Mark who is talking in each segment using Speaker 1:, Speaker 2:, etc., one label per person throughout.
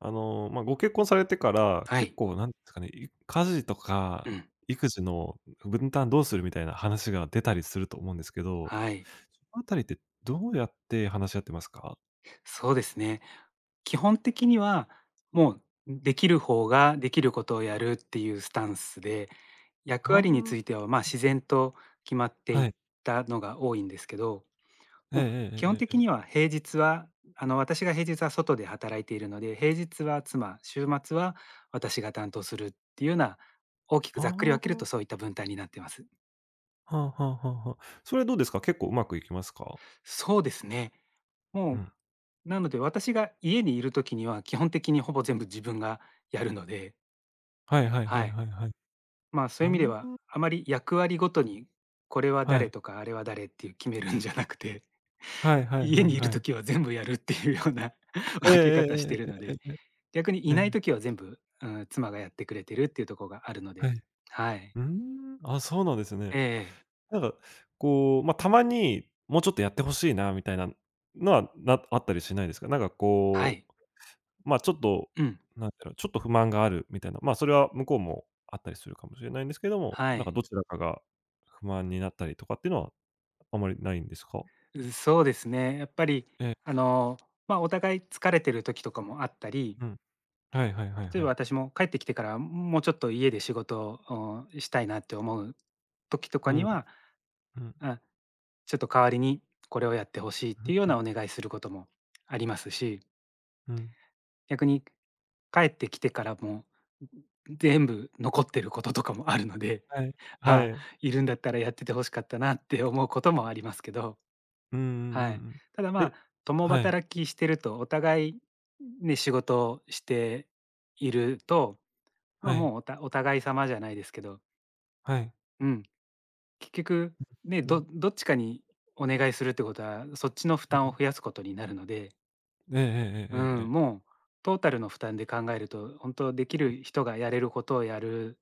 Speaker 1: ご結婚されてから、
Speaker 2: は
Speaker 1: 結
Speaker 2: い。
Speaker 1: 構なんですかね、家事と
Speaker 2: う
Speaker 1: か
Speaker 2: ん。
Speaker 1: 育児の分担どうするみたいな話が出たりすると思うんですけど、
Speaker 2: はい。
Speaker 1: そのあたりってどうやって話し合ってますか？
Speaker 2: そうですね。基本的には、もうできる方ができることをやるっていうスタンスで、役
Speaker 1: ああ、
Speaker 2: 割については、まあ、自然と決まってい
Speaker 1: は
Speaker 2: っ
Speaker 1: い。
Speaker 2: たのが多いんですけど、
Speaker 1: ええ
Speaker 2: もう
Speaker 1: え
Speaker 2: 基
Speaker 1: え
Speaker 2: 本
Speaker 1: えええ
Speaker 2: 的に
Speaker 1: え。
Speaker 2: は平日は、私が平日は外で働いているので、平日は妻、週末は私が担当するっていうような、大きく
Speaker 1: あ
Speaker 2: ざっくり分
Speaker 1: あ、
Speaker 2: ける
Speaker 1: は
Speaker 2: とそういった分担になってます。
Speaker 1: あはあはあはあ。それどうですか？結構うまくいきますか？
Speaker 2: そうですね。
Speaker 1: う
Speaker 2: も
Speaker 1: ん。
Speaker 2: なので私が家にいる時には、基本的にほぼ全部自分がやるので、
Speaker 1: はいはいは
Speaker 2: は
Speaker 1: い
Speaker 2: い。
Speaker 1: はいはい。
Speaker 2: ま、そ
Speaker 1: う
Speaker 2: うい
Speaker 1: ー
Speaker 2: う意味では、
Speaker 1: ん、
Speaker 2: あまり役割ごとに、これは
Speaker 1: は
Speaker 2: 誰
Speaker 1: い。
Speaker 2: とかあれは誰っていう決めるんじゃなくて、
Speaker 1: はいはい
Speaker 2: 家
Speaker 1: はい
Speaker 2: にいる
Speaker 1: はい。
Speaker 2: 時は全部やるっていうような
Speaker 1: え
Speaker 2: 分け
Speaker 1: ええ
Speaker 2: 方し
Speaker 1: え
Speaker 2: てるの
Speaker 1: ええ
Speaker 2: で、
Speaker 1: えええ
Speaker 2: 逆に
Speaker 1: え。え
Speaker 2: いない
Speaker 1: え。
Speaker 2: 時は全部、うん、妻がやってくれてるっていうところがあるの
Speaker 1: は
Speaker 2: で、
Speaker 1: い。
Speaker 2: はい。
Speaker 1: うーん、あ、そうなんですね。
Speaker 2: ええ、
Speaker 1: なんか、たまに、もうちょっとやってほしいなみたいなのは、あったりしないですか？なんか
Speaker 2: は
Speaker 1: こ
Speaker 2: い。
Speaker 1: う、まあ、ちょっと、
Speaker 2: うん。
Speaker 1: なんだろう、ちょっと不満があるみたいな、まあ、それは向こうもあったりするかもしれないんですけども、
Speaker 2: は
Speaker 1: なんか
Speaker 2: い。
Speaker 1: どちらかが不満になったりとかっていうのは、あまりないんですか？
Speaker 2: そうですね。やっぱり、
Speaker 1: ええ、
Speaker 2: あの、まあ、お互い疲れてる時とかもあったり、
Speaker 1: うん。はいはいはい
Speaker 2: 例
Speaker 1: は
Speaker 2: えば
Speaker 1: い。
Speaker 2: 私も帰ってきてからもうちょっと家で仕事をしたいなって思う時と
Speaker 1: う
Speaker 2: か
Speaker 1: ん、う
Speaker 2: に
Speaker 1: ん、
Speaker 2: は、
Speaker 1: うん
Speaker 2: あ、ちょっと代わりにこれをやってほしいっ
Speaker 1: う
Speaker 2: て
Speaker 1: ん、
Speaker 2: いうようなお願いすることもありますし、
Speaker 1: うん。
Speaker 2: 逆に帰ってきてからも全部残ってることとかもあるので、
Speaker 1: はい、は
Speaker 2: ああ、
Speaker 1: い。
Speaker 2: いるんだったらやってて欲しかったなって思うこともありますけど、
Speaker 1: うんうんう
Speaker 2: はい。
Speaker 1: ん
Speaker 2: ただま
Speaker 1: うん。
Speaker 2: あ、共
Speaker 1: はい、
Speaker 2: 働きしてるとお互いね、仕事をしていると、まあ、
Speaker 1: はい、
Speaker 2: もうお互い様じゃないですけど、
Speaker 1: はい。
Speaker 2: うん、結局ね、
Speaker 1: うん、
Speaker 2: どっちかにお願いするってことは、そっちの負
Speaker 1: う
Speaker 2: 担を
Speaker 1: ん。
Speaker 2: 増やすことになるので、
Speaker 1: ええええ
Speaker 2: う
Speaker 1: えええ
Speaker 2: ん、
Speaker 1: え。
Speaker 2: もうトータルの負担で考えると、本当できる人がやれることをやる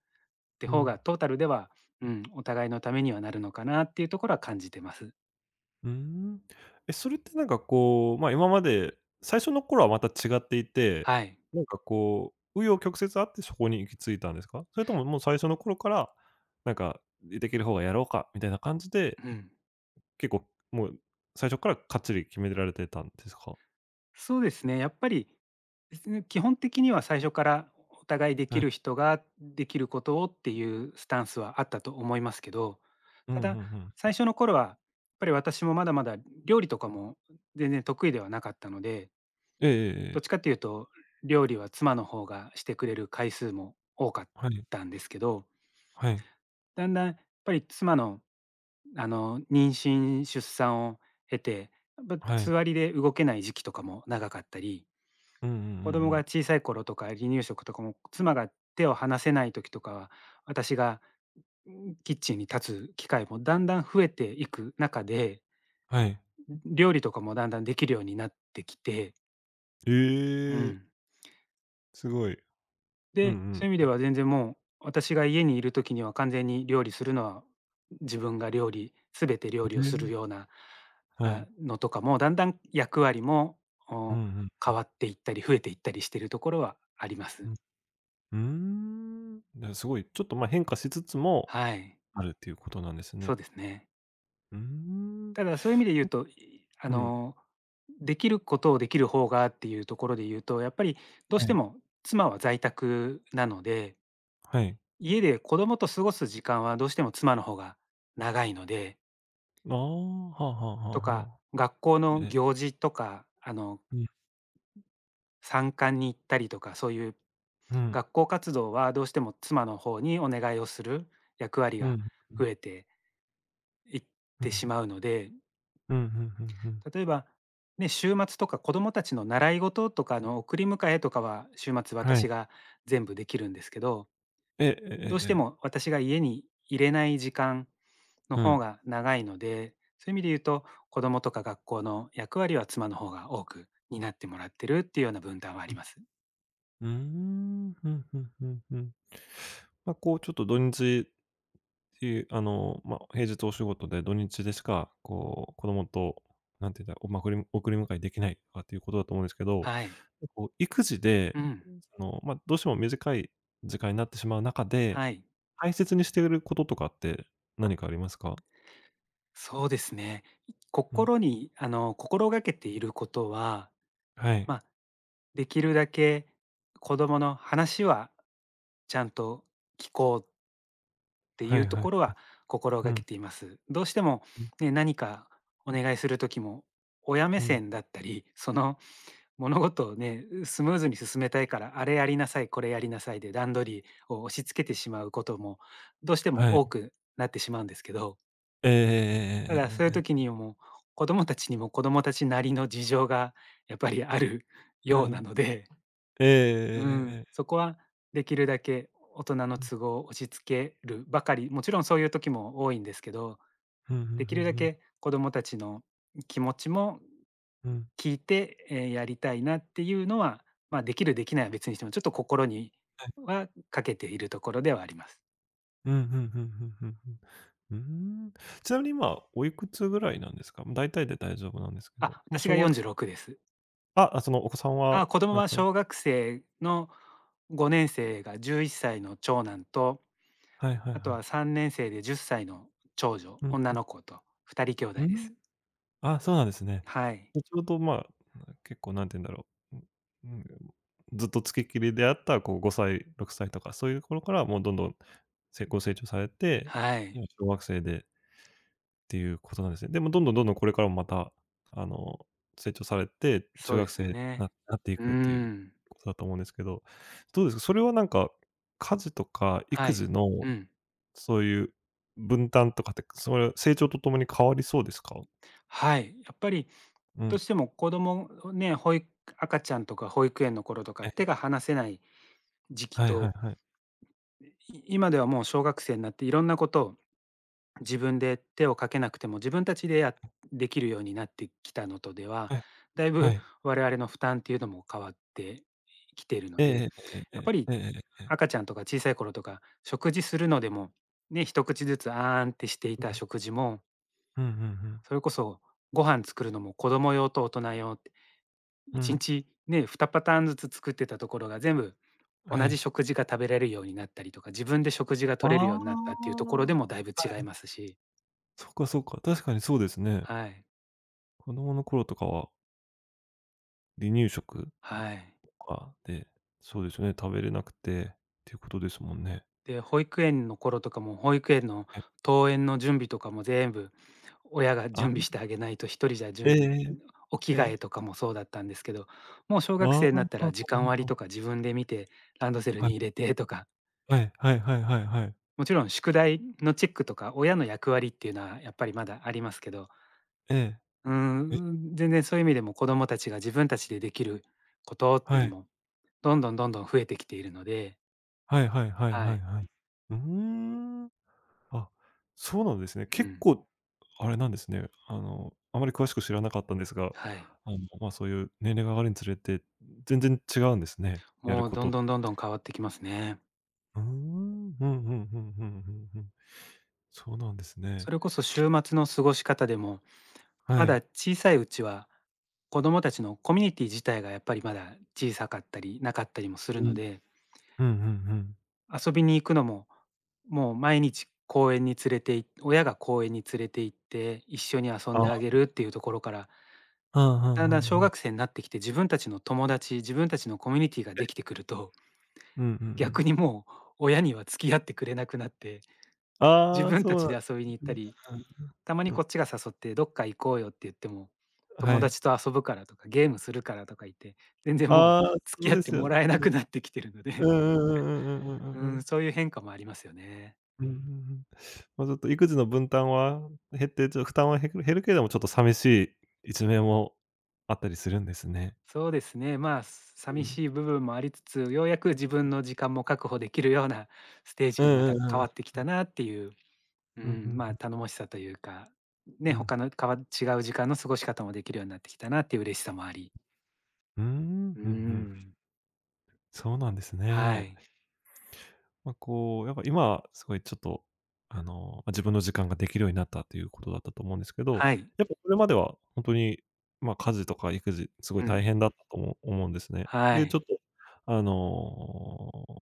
Speaker 2: って
Speaker 1: う
Speaker 2: 方
Speaker 1: ん。
Speaker 2: がトータルでは、うん、お互いのためにはなるのかなっていうところは感じてます。
Speaker 1: うーん。え、それって今まで最初の頃はまた違っていて、
Speaker 2: はい。
Speaker 1: なんかこう、紆余曲折あってそこに行き着いたんですか？それとももう最初の頃から、なんか「できる方がやろうか」みたいな感じで、
Speaker 2: うん。
Speaker 1: 結構もう最初からかっちり決められてたんですか？
Speaker 2: そうですね、やっぱり、ですね、基本的には最初からお互いで
Speaker 1: は
Speaker 2: き
Speaker 1: い。
Speaker 2: る人ができることをっていうスタンスはあったと思いますけど、
Speaker 1: うんう
Speaker 2: た
Speaker 1: ん
Speaker 2: だ、
Speaker 1: うん。
Speaker 2: 最初の頃はやっぱり私もまだまだ料理とかも全然得意ではなかったので、
Speaker 1: えええええ
Speaker 2: どっち
Speaker 1: え。
Speaker 2: かっていうと料理は妻の方がしてくれる回数も多かっ
Speaker 1: はい。
Speaker 2: たんですけど、
Speaker 1: はい。
Speaker 2: だんだんやっぱり妻の、妊娠、出産を経て、やっぱ
Speaker 1: は
Speaker 2: つ
Speaker 1: い。
Speaker 2: わりで動けない時期とかも長かったり、
Speaker 1: うんうんうんう
Speaker 2: 子供が
Speaker 1: ん。
Speaker 2: 小さい頃とか、離乳食とかも、妻が手を離せない時とかは、私が、キッチンに立つ機会もだんだん増えていく中で、
Speaker 1: はい。
Speaker 2: 料理とかもだんだんできるようになってきて、
Speaker 1: え
Speaker 2: う
Speaker 1: え、
Speaker 2: ん。
Speaker 1: すごい。う
Speaker 2: で、
Speaker 1: ん
Speaker 2: そういう意味
Speaker 1: う
Speaker 2: で
Speaker 1: ん。
Speaker 2: は全然もう、私が家にいる時には完全に料理するのは、自分が料理全て
Speaker 1: え
Speaker 2: 料理をす
Speaker 1: え、
Speaker 2: るような、
Speaker 1: は
Speaker 2: あ、
Speaker 1: い。
Speaker 2: のとかも、だんだん役割も、
Speaker 1: うんう
Speaker 2: お、
Speaker 1: んう
Speaker 2: 変わ
Speaker 1: ん。
Speaker 2: っていったり、増えていったりしてるところはありま
Speaker 1: う
Speaker 2: す。
Speaker 1: ん。うーん。すごい、ちょっと、ま、変化しつつも、
Speaker 2: はい、
Speaker 1: あるっていうことなんです
Speaker 2: そう
Speaker 1: ね。
Speaker 2: ですね。
Speaker 1: うーん。
Speaker 2: ただ、そういう意味で言うと、いあ
Speaker 1: うん。
Speaker 2: の、できることをできる方がっていうところで言うと、やっぱりどう
Speaker 1: は
Speaker 2: して
Speaker 1: い。
Speaker 2: も妻は在宅なので、
Speaker 1: はい。
Speaker 2: 家で子供と過ごす時間はどうしても妻の方が長いので、
Speaker 1: ああ、はあはあはあ
Speaker 2: とか、
Speaker 1: はあ。
Speaker 2: 学校の
Speaker 1: え、
Speaker 2: 行事とか、
Speaker 1: うん。
Speaker 2: 参観に行ったりとか、そういう
Speaker 1: うん。
Speaker 2: 学校活動はどうしても妻の方にお願いをする役割
Speaker 1: う
Speaker 2: が
Speaker 1: ん。う
Speaker 2: 増
Speaker 1: ん。
Speaker 2: えていっ
Speaker 1: う
Speaker 2: て
Speaker 1: ん。
Speaker 2: しまうので、
Speaker 1: うん、うんうんうん。
Speaker 2: 例えば、ね、週末とか子供たちの習い事とかの送り迎えとかは、週末
Speaker 1: はい。
Speaker 2: 私が全部できるんですけど、
Speaker 1: えええ
Speaker 2: ど
Speaker 1: え
Speaker 2: う
Speaker 1: え
Speaker 2: して
Speaker 1: え。
Speaker 2: も私が家に入れない時間の
Speaker 1: うん。
Speaker 2: 方が長いので、そういう意味で言うと、子供とか学校の役割は妻の方が多く担ってもらってるっていうような分担はあ
Speaker 1: う
Speaker 2: り
Speaker 1: ん。
Speaker 2: ます。
Speaker 1: うーん。うんうんうんうん。まあ、こう、ちょっと土日っていう、あの、まあ、平日お仕事で土日でしか、こう、子供と、なんて言うんだおまくり送り迎えできないとかっていうことだと思うんですけど、
Speaker 2: はい。
Speaker 1: こう、育児で、
Speaker 2: うん。
Speaker 1: その、まあ、どうしても短い時間になってしまう中で、
Speaker 2: はい。
Speaker 1: 大切にしていることとかって何かありますか？
Speaker 2: そうですね。
Speaker 1: うん。
Speaker 2: 心にあの、心がけていることは、
Speaker 1: はい。
Speaker 2: まあ、できるだけ子供の話はちゃんと聞こうってい
Speaker 1: は
Speaker 2: う
Speaker 1: い
Speaker 2: と
Speaker 1: はいはい。
Speaker 2: ころは心
Speaker 1: う
Speaker 2: が
Speaker 1: ん、
Speaker 2: けています。どうしても、
Speaker 1: うん、
Speaker 2: ね、何かお願いする時も親目
Speaker 1: うん。
Speaker 2: 線だったり、その物事をねスムーズに進めたいからあれやりなさいこれやりなさいで段取りを押し付けてしまうこともどうして
Speaker 1: は
Speaker 2: も多
Speaker 1: い。
Speaker 2: くなってしまうんですけど、
Speaker 1: えええええ
Speaker 2: ただ
Speaker 1: え
Speaker 2: そうい
Speaker 1: ええ
Speaker 2: う
Speaker 1: えええ
Speaker 2: 時にも子供たちにも子供たちなりの事情がやっぱりある
Speaker 1: は
Speaker 2: ような
Speaker 1: い。
Speaker 2: ので、
Speaker 1: えええ
Speaker 2: う
Speaker 1: ええ
Speaker 2: ん、
Speaker 1: えええ。
Speaker 2: そこはできるだけ大人の
Speaker 1: うん。
Speaker 2: 都合を押し付けるばかり、もちろんそういう時も多いんですけど、
Speaker 1: ふんふん
Speaker 2: でき
Speaker 1: ふん
Speaker 2: るだ
Speaker 1: ふん、
Speaker 2: け子供たちの気持ちも
Speaker 1: うん。
Speaker 2: 聞いて、やりたいなっていうのは、まあ、できるできないは別にしても、ちょっと心に
Speaker 1: はい。
Speaker 2: はかけているところではあります。
Speaker 1: うん、ふんふんふんふんふん。うーん。ちなみに今、おいくつぐらいなんですか？ま、大体で大丈夫なんですけど。
Speaker 2: あ、
Speaker 1: ま、
Speaker 2: 私
Speaker 1: 小
Speaker 2: が
Speaker 1: 学生
Speaker 2: 46です。
Speaker 1: あ、あ、そのお子さんは
Speaker 2: あ、子供
Speaker 1: 何
Speaker 2: は
Speaker 1: 歳。
Speaker 2: 小学生の5年生が11歳の長男と、
Speaker 1: はいはい
Speaker 2: あ
Speaker 1: は
Speaker 2: と
Speaker 1: い。
Speaker 2: は3年生で10歳の長女、
Speaker 1: うん
Speaker 2: 女
Speaker 1: うん。
Speaker 2: の子と2人兄
Speaker 1: うー
Speaker 2: 弟で
Speaker 1: ん。
Speaker 2: す。
Speaker 1: あ、そうなんですね。
Speaker 2: はい。
Speaker 1: で、ちょうど、まあ、結構何て言うんだろう、うん、ずっと付きっきりであった、こう、5歳、6歳とかそういう頃からもうどんどん、ご成長されて、
Speaker 2: はい、
Speaker 1: 今小学生でっていうことなんですね。でもどんどんどんどんこれからもまた、あの、成長されて、中
Speaker 2: そうで
Speaker 1: 学
Speaker 2: すよ
Speaker 1: 生
Speaker 2: ね。
Speaker 1: ななってい
Speaker 2: うー
Speaker 1: くっていう
Speaker 2: ん、
Speaker 1: ことだと思うんですけど、どうですか？それはなんか、家事とか
Speaker 2: は
Speaker 1: 育
Speaker 2: い、
Speaker 1: 児の
Speaker 2: うん、
Speaker 1: そういう分担とかって、それは成長とともに変わりそうですか？
Speaker 2: はい。やっぱり
Speaker 1: う
Speaker 2: どう
Speaker 1: ん。
Speaker 2: しても子供をね、赤ちゃんとか保育園の頃とか
Speaker 1: え
Speaker 2: 手
Speaker 1: え、
Speaker 2: が離せない時期
Speaker 1: はいはい
Speaker 2: と、
Speaker 1: はい。
Speaker 2: い今ではもう小学生になっていろんなことを自分で手をかけなくても自分たちでできるようになってきたのとでは、
Speaker 1: はい、
Speaker 2: だい
Speaker 1: は
Speaker 2: ぶ
Speaker 1: い。
Speaker 2: 我々の負担っていうのも変わってきているの
Speaker 1: え
Speaker 2: で、やっ
Speaker 1: ええええ
Speaker 2: ぱり
Speaker 1: えええええええ
Speaker 2: 赤ちゃんとか小さい頃とか、食事するのでも、ね、一口ずつあーんってしていた食事も、
Speaker 1: うんうんうんうんうん。
Speaker 2: それこそご飯作るのも子供用と大人用って、
Speaker 1: う
Speaker 2: 1
Speaker 1: ん。
Speaker 2: 日ね、2パターンずつ作ってたところが全部
Speaker 1: は
Speaker 2: 同じ
Speaker 1: い。
Speaker 2: 食事が食べられるようになったりとか、自分で食事が
Speaker 1: ああ。
Speaker 2: 取れるようになったっていうところでもだいぶ
Speaker 1: は
Speaker 2: 違い
Speaker 1: い。
Speaker 2: ますし、
Speaker 1: そっかそっか、確かにそうですね。
Speaker 2: はい、
Speaker 1: 子供の頃とかは離乳食
Speaker 2: はい。
Speaker 1: で、そうですよね、食べれなくてっていうことですもんね。
Speaker 2: で、保育園の頃とかも、保育園の
Speaker 1: え、
Speaker 2: 登園の準備とかも全部、親が
Speaker 1: あ、
Speaker 2: 準備してあげないと、一人じゃ
Speaker 1: え
Speaker 2: 準
Speaker 1: ええ
Speaker 2: 備
Speaker 1: えええ。
Speaker 2: お着替えとかもそうだったんですけど、もう小
Speaker 1: あ
Speaker 2: 学生に
Speaker 1: あ、
Speaker 2: なった ら
Speaker 1: は
Speaker 2: 時
Speaker 1: ああ
Speaker 2: 間
Speaker 1: あ
Speaker 2: 割と
Speaker 1: あ。
Speaker 2: か自分で見て、ランドセル
Speaker 1: はい。
Speaker 2: に入れてとか、
Speaker 1: はいはいはいはいはい。
Speaker 2: もちろん宿題のチェックとか、親の役割っていうのはやっぱりまだありますけど、
Speaker 1: え
Speaker 2: うー
Speaker 1: え。え、
Speaker 2: ん、全然そういう意味でも子供たちが自分たちでできることっていう
Speaker 1: は
Speaker 2: の
Speaker 1: い。
Speaker 2: も、どんどんどんどん増えてきているので、
Speaker 1: はいはいはい
Speaker 2: は
Speaker 1: はい
Speaker 2: い。
Speaker 1: はい。うーん。あ、そうなんですね。
Speaker 2: う
Speaker 1: 結
Speaker 2: ん、
Speaker 1: 構あれなんですね。あの、あまり詳しく知らなかったんですが、
Speaker 2: はい。
Speaker 1: あの、ま、そういう年齢が上がるにつれて、全然違うんですね、やる
Speaker 2: もう
Speaker 1: こ
Speaker 2: どん
Speaker 1: と。
Speaker 2: どんどんどん変わってきますね。
Speaker 1: うーん。ふんふんふんふんふんふん。そうなんですね。
Speaker 2: それこそ週末の過ごし方でも、
Speaker 1: は
Speaker 2: まだ
Speaker 1: い。
Speaker 2: 小さいうちは、子供たちのコミュニティ自体がやっぱりまだ小さかったりなかったりもす
Speaker 1: う
Speaker 2: るの
Speaker 1: ん。
Speaker 2: で、
Speaker 1: うんうんうん。
Speaker 2: 遊びに行くのも、もう毎日公園に連れてい親が公園に連れて行って一緒に遊ん
Speaker 1: あ
Speaker 2: であ
Speaker 1: あ、
Speaker 2: げるっていうところから、
Speaker 1: うん、う
Speaker 2: だんだん
Speaker 1: んうん
Speaker 2: 小
Speaker 1: うん。
Speaker 2: 学生になってきて自分たちの友達、自分たちのコミュニティができてくると、
Speaker 1: うんうんう
Speaker 2: 逆
Speaker 1: ん。
Speaker 2: にもう親には付き合ってくれなくなって、自
Speaker 1: ああ、
Speaker 2: 分た
Speaker 1: そう
Speaker 2: ち
Speaker 1: なん
Speaker 2: で遊びに行っ
Speaker 1: う
Speaker 2: た
Speaker 1: ん、
Speaker 2: り、
Speaker 1: うんうん
Speaker 2: たまに
Speaker 1: うん。う
Speaker 2: こ
Speaker 1: ん、
Speaker 2: っちが誘って「どっか行こうよ」って言っても、
Speaker 1: は
Speaker 2: 友
Speaker 1: い。
Speaker 2: 達と遊ぶからとか、ゲームするからとか言って、全然もう
Speaker 1: ああ、そ
Speaker 2: 付き
Speaker 1: う
Speaker 2: 合っ
Speaker 1: で
Speaker 2: て
Speaker 1: すよ
Speaker 2: も
Speaker 1: ね。
Speaker 2: らえ
Speaker 1: う
Speaker 2: なく
Speaker 1: ん。
Speaker 2: なってきてるの
Speaker 1: う
Speaker 2: で、
Speaker 1: んうんうんうんうんうん
Speaker 2: う
Speaker 1: うんう
Speaker 2: ん、
Speaker 1: ん。
Speaker 2: そういう変化もありますよね。
Speaker 1: うんうんうん、まあ、ちょっと育児の分担は減って、負担は減るけれども、ちょっと寂しい一面もあったりするんですね。
Speaker 2: そうですね、まあ、す
Speaker 1: う
Speaker 2: 寂
Speaker 1: ん。
Speaker 2: しい部分もありつつ、ようやく自分の時間も確保できるようなステー
Speaker 1: う
Speaker 2: ジにま
Speaker 1: んう
Speaker 2: た
Speaker 1: んうん
Speaker 2: 変
Speaker 1: うん。
Speaker 2: わってきたなっていう、う
Speaker 1: うん、ふ
Speaker 2: ん、
Speaker 1: ん
Speaker 2: ま
Speaker 1: ふ
Speaker 2: あ、
Speaker 1: ん。
Speaker 2: 頼もしさというか、ね、
Speaker 1: うん。
Speaker 2: 他の違う時間の過ごし方もできるようになってきたなっていう嬉しさもあり。
Speaker 1: うーん、
Speaker 2: う
Speaker 1: ふんふん。
Speaker 2: ん、
Speaker 1: そうなんです
Speaker 2: は
Speaker 1: ね。
Speaker 2: い。
Speaker 1: やっぱ今はすごいちょっと、あの、ま、自分の時間ができるようになったということだったと思うんですけど、
Speaker 2: はい。
Speaker 1: やっぱそれまでは本当に、まあ、家事とか育児、すごい
Speaker 2: う
Speaker 1: 大
Speaker 2: ん。
Speaker 1: 変だったとも思うんですね。
Speaker 2: は
Speaker 1: で、ちょ
Speaker 2: い。
Speaker 1: っと、あの、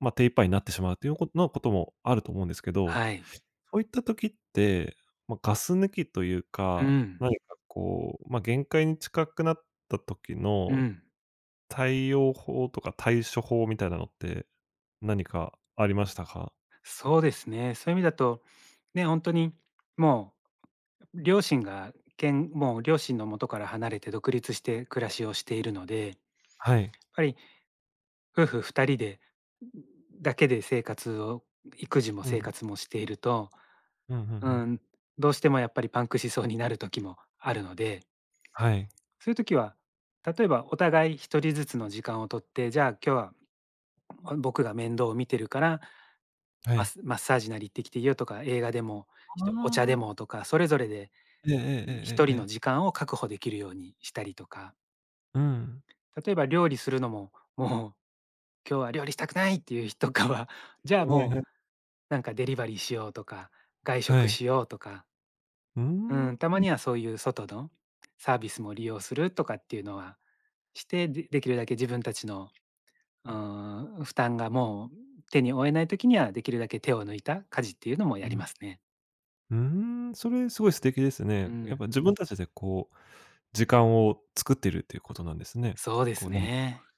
Speaker 1: まあ、手一杯になってしまうということのこともあると思うんですけど、
Speaker 2: はい。
Speaker 1: そういった時って、まあ、ガス抜きという
Speaker 2: う
Speaker 1: か、
Speaker 2: ん、
Speaker 1: 何かこう、まあ、限界に近くなった時
Speaker 2: う
Speaker 1: の
Speaker 2: ん。
Speaker 1: 対応法とか対処法みたいなのって、何かありましたか？
Speaker 2: そうですね。そういう意味だと、ね、本当にももう両親の元から離れて独立して暮らしをしているので、やっ
Speaker 1: はい。
Speaker 2: ぱり夫婦2人でだけで生活を育児も
Speaker 1: う
Speaker 2: 生
Speaker 1: ん。
Speaker 2: 活もしていると、
Speaker 1: うん、うんう
Speaker 2: う
Speaker 1: ん。
Speaker 2: ん、どうしてもやっぱりパンクしそうになる時もあるので、
Speaker 1: はい。
Speaker 2: そういう時は、例えばお互い1人ずつの時間を取って、じゃあ今日は僕が面倒を見てるから
Speaker 1: は
Speaker 2: マ
Speaker 1: い。
Speaker 2: スマッサージなり行ってきていいよとか、映画でも、
Speaker 1: あ
Speaker 2: お茶でも
Speaker 1: あ。
Speaker 2: とか、それぞれで
Speaker 1: ええええ
Speaker 2: 一
Speaker 1: え
Speaker 2: 人
Speaker 1: ええ
Speaker 2: の
Speaker 1: え。
Speaker 2: 時間を確保できるようにしたりとか、
Speaker 1: うん。
Speaker 2: 例えば料理するのも、もう今日は料理したくないっていう日とかは、じゃ
Speaker 1: は
Speaker 2: あ
Speaker 1: いはいは
Speaker 2: も
Speaker 1: い。
Speaker 2: うなんかデリバリーしようとか、外食しようとか、
Speaker 1: うー
Speaker 2: う
Speaker 1: ん。
Speaker 2: ん、たまにはそういう外のサービスも利用するとかっていうのはして、でできるだけ自分たちの、うん、負担がもう手に負えない時には、できるだけ手を抜いた家事っていうのも
Speaker 1: う
Speaker 2: やり
Speaker 1: ん。
Speaker 2: ますね。
Speaker 1: うーん、それすごい素敵です
Speaker 2: う
Speaker 1: ね。やっぱ
Speaker 2: ん。
Speaker 1: 自分たちでこう、時間を作ってるっていうことなんですね。
Speaker 2: そうで
Speaker 1: こ
Speaker 2: す
Speaker 1: う何
Speaker 2: ね。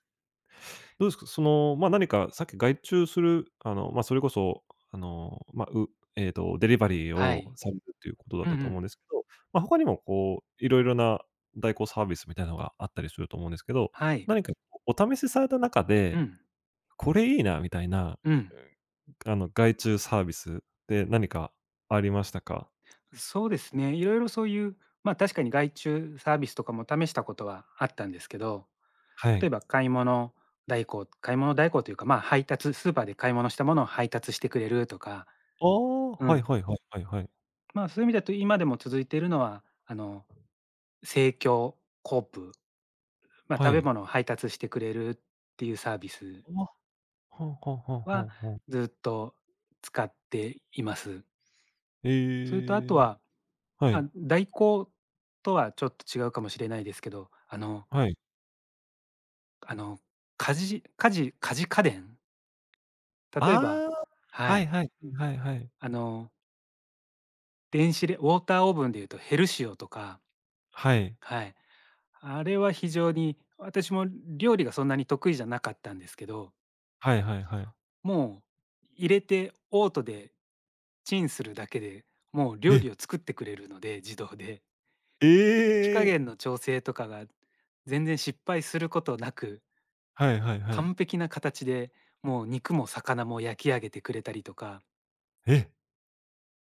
Speaker 1: どうですか、その、まあ、何かさっき外注する、あの、まあ、それこそ、あの、まあ、うええと、デリバリー
Speaker 2: は
Speaker 1: を
Speaker 2: い。
Speaker 1: されるっていうことだっ
Speaker 2: うんう
Speaker 1: たと思うん
Speaker 2: ん。
Speaker 1: ですけど、まあ、他にもこう、いろいろな代行サービスみたいなのがあったりすると思うんですけど、
Speaker 2: はい。
Speaker 1: 何かお試しされた中
Speaker 2: う
Speaker 1: で、
Speaker 2: ん。
Speaker 1: これいいなみたいな、
Speaker 2: うん。
Speaker 1: うん、あの、外注サービスって何かありましたか？
Speaker 2: そうですね。いろいろそういう、まあ、確かに外注サービスとかも試したことはあったんですけど、
Speaker 1: は
Speaker 2: 例
Speaker 1: い。
Speaker 2: えば買い物代行というか、まあ、スーパーで買い物したものを配達してくれるとか、
Speaker 1: ああ、
Speaker 2: う
Speaker 1: はい
Speaker 2: ん。
Speaker 1: はいはいはいはい。
Speaker 2: まあ、そういう意味だと今でも続いているのは、あの、生協コープ、まあ、
Speaker 1: は
Speaker 2: 食べ
Speaker 1: い。
Speaker 2: 物を配達してくれるっていうサービス
Speaker 1: あ、はあはあはあ
Speaker 2: は
Speaker 1: はあはあ。
Speaker 2: ずっと使っています。それとあと
Speaker 1: ええ、
Speaker 2: は
Speaker 1: は
Speaker 2: ま
Speaker 1: い、
Speaker 2: あ、代行とはちょっと違うかもしれないですけど、あの
Speaker 1: はい。
Speaker 2: あの、家電、例え
Speaker 1: あ
Speaker 2: ば
Speaker 1: あ、
Speaker 2: は
Speaker 1: はい
Speaker 2: い、
Speaker 1: はい、はいはい。
Speaker 2: あの、電子レウォーターオーブンでいうとヘルシオとか、
Speaker 1: はい。
Speaker 2: はい、あれは非常に私も料理がそんなに得意じゃなかったんですけど、
Speaker 1: はいはいはい。
Speaker 2: もう入れてオートでチンするだけで、もう料
Speaker 1: え、
Speaker 2: 理を作ってくれるので、自動で。
Speaker 1: え
Speaker 2: 火加
Speaker 1: え！
Speaker 2: 減の調整とかが全然失敗することなく
Speaker 1: はいはいはい。
Speaker 2: 完璧な形で、もう肉も魚も焼き上げてくれたりとか、
Speaker 1: え、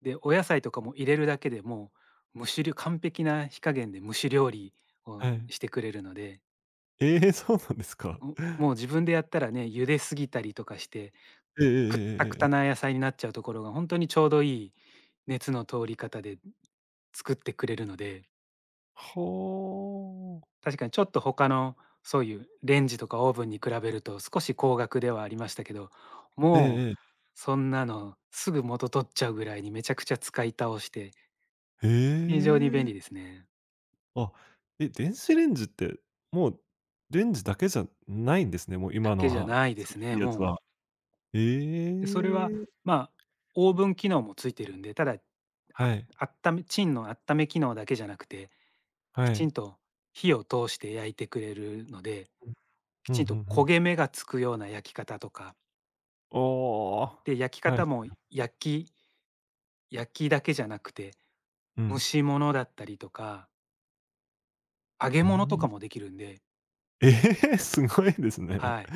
Speaker 2: で、お野菜とかも入れるだけでもう、蒸しり完璧な火加減で蒸し料理を
Speaker 1: はい。
Speaker 2: してくれるので、
Speaker 1: ええ、そうなんですか。
Speaker 2: もう自分でやったらね、茹ですぎたりとかして、
Speaker 1: えええ
Speaker 2: くった
Speaker 1: え
Speaker 2: く
Speaker 1: えええ
Speaker 2: た
Speaker 1: え。
Speaker 2: な野菜になっちゃうところが、本当にちょうどいい熱の通り方で作ってくれるので、
Speaker 1: はあ。
Speaker 2: 確かにちょっと他のそういうレンジとかオーブンに比べると少し高額ではありましたけど、
Speaker 1: ええ
Speaker 2: も
Speaker 1: え
Speaker 2: う
Speaker 1: え。
Speaker 2: そんなのすぐ元取っちゃうぐらいにめちゃくちゃ使い倒して、
Speaker 1: へ
Speaker 2: 非常に便利
Speaker 1: え。
Speaker 2: ですね。
Speaker 1: あ、え、電子レンジって、もうレンジだけじゃないんですね、もう
Speaker 2: だ
Speaker 1: 今の
Speaker 2: けじゃ
Speaker 1: は、
Speaker 2: ないで
Speaker 1: すごい
Speaker 2: す
Speaker 1: い
Speaker 2: ね、
Speaker 1: いやつ
Speaker 2: も
Speaker 1: は。
Speaker 2: う。で、それは、
Speaker 1: ええ。
Speaker 2: まあ、オーブン機能もついてるんで、ただ、あ
Speaker 1: はい、
Speaker 2: あっためチンのあっため機能だけじゃなくて、
Speaker 1: は
Speaker 2: きち
Speaker 1: い。
Speaker 2: んと火を通して焼いてくれるので、き
Speaker 1: う
Speaker 2: ち
Speaker 1: ん、
Speaker 2: ん
Speaker 1: ふんふ
Speaker 2: と
Speaker 1: んふ
Speaker 2: 焦
Speaker 1: ん。
Speaker 2: げ目がつくような焼き方とか、
Speaker 1: あ
Speaker 2: で、焼き
Speaker 1: あ、はい。
Speaker 2: 方も焼きだけじゃなくて、
Speaker 1: う
Speaker 2: 蒸
Speaker 1: ん。
Speaker 2: し物だったりとか、揚げ
Speaker 1: うー
Speaker 2: 物と
Speaker 1: ん。
Speaker 2: かもできるんで、
Speaker 1: ええ、すごいですね。
Speaker 2: はい。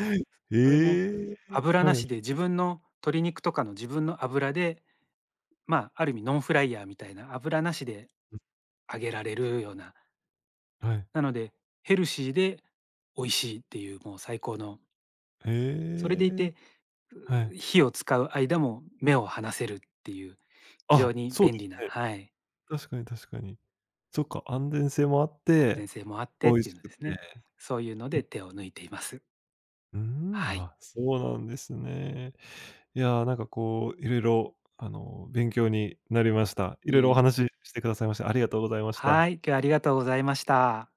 Speaker 2: それも
Speaker 1: ええ、
Speaker 2: 油な
Speaker 1: はい、
Speaker 2: しで自分の鶏肉とかの自分の油で、まあ、ある意味ノンフライヤーみたいな油なしで揚げられるような、
Speaker 1: はい。
Speaker 2: なのでヘルシーで美味しいっていう、もう最高の、
Speaker 1: え
Speaker 2: それでい
Speaker 1: え、
Speaker 2: て、
Speaker 1: はい。
Speaker 2: 火を使う間も目を離せるっていう、非常
Speaker 1: あ、
Speaker 2: に
Speaker 1: そう
Speaker 2: 便
Speaker 1: です
Speaker 2: 利な、
Speaker 1: ね。
Speaker 2: はい、
Speaker 1: 確かに確かに。そっか、安全性もあっ
Speaker 2: 安全
Speaker 1: て、
Speaker 2: 性もあっ
Speaker 1: 美
Speaker 2: てっ
Speaker 1: 味
Speaker 2: てい
Speaker 1: し
Speaker 2: うの
Speaker 1: く
Speaker 2: ですね。
Speaker 1: て。
Speaker 2: そういうので手を抜いています。
Speaker 1: うーん、
Speaker 2: はい。
Speaker 1: あ、そうなんですね。なんかこう、いろいろあの、勉強になりました。いろ
Speaker 2: い
Speaker 1: い
Speaker 2: え
Speaker 1: ろお
Speaker 2: いえ。
Speaker 1: 話ししてくださいまして、ありがとうございました。
Speaker 2: はい、今日はありがとうございました。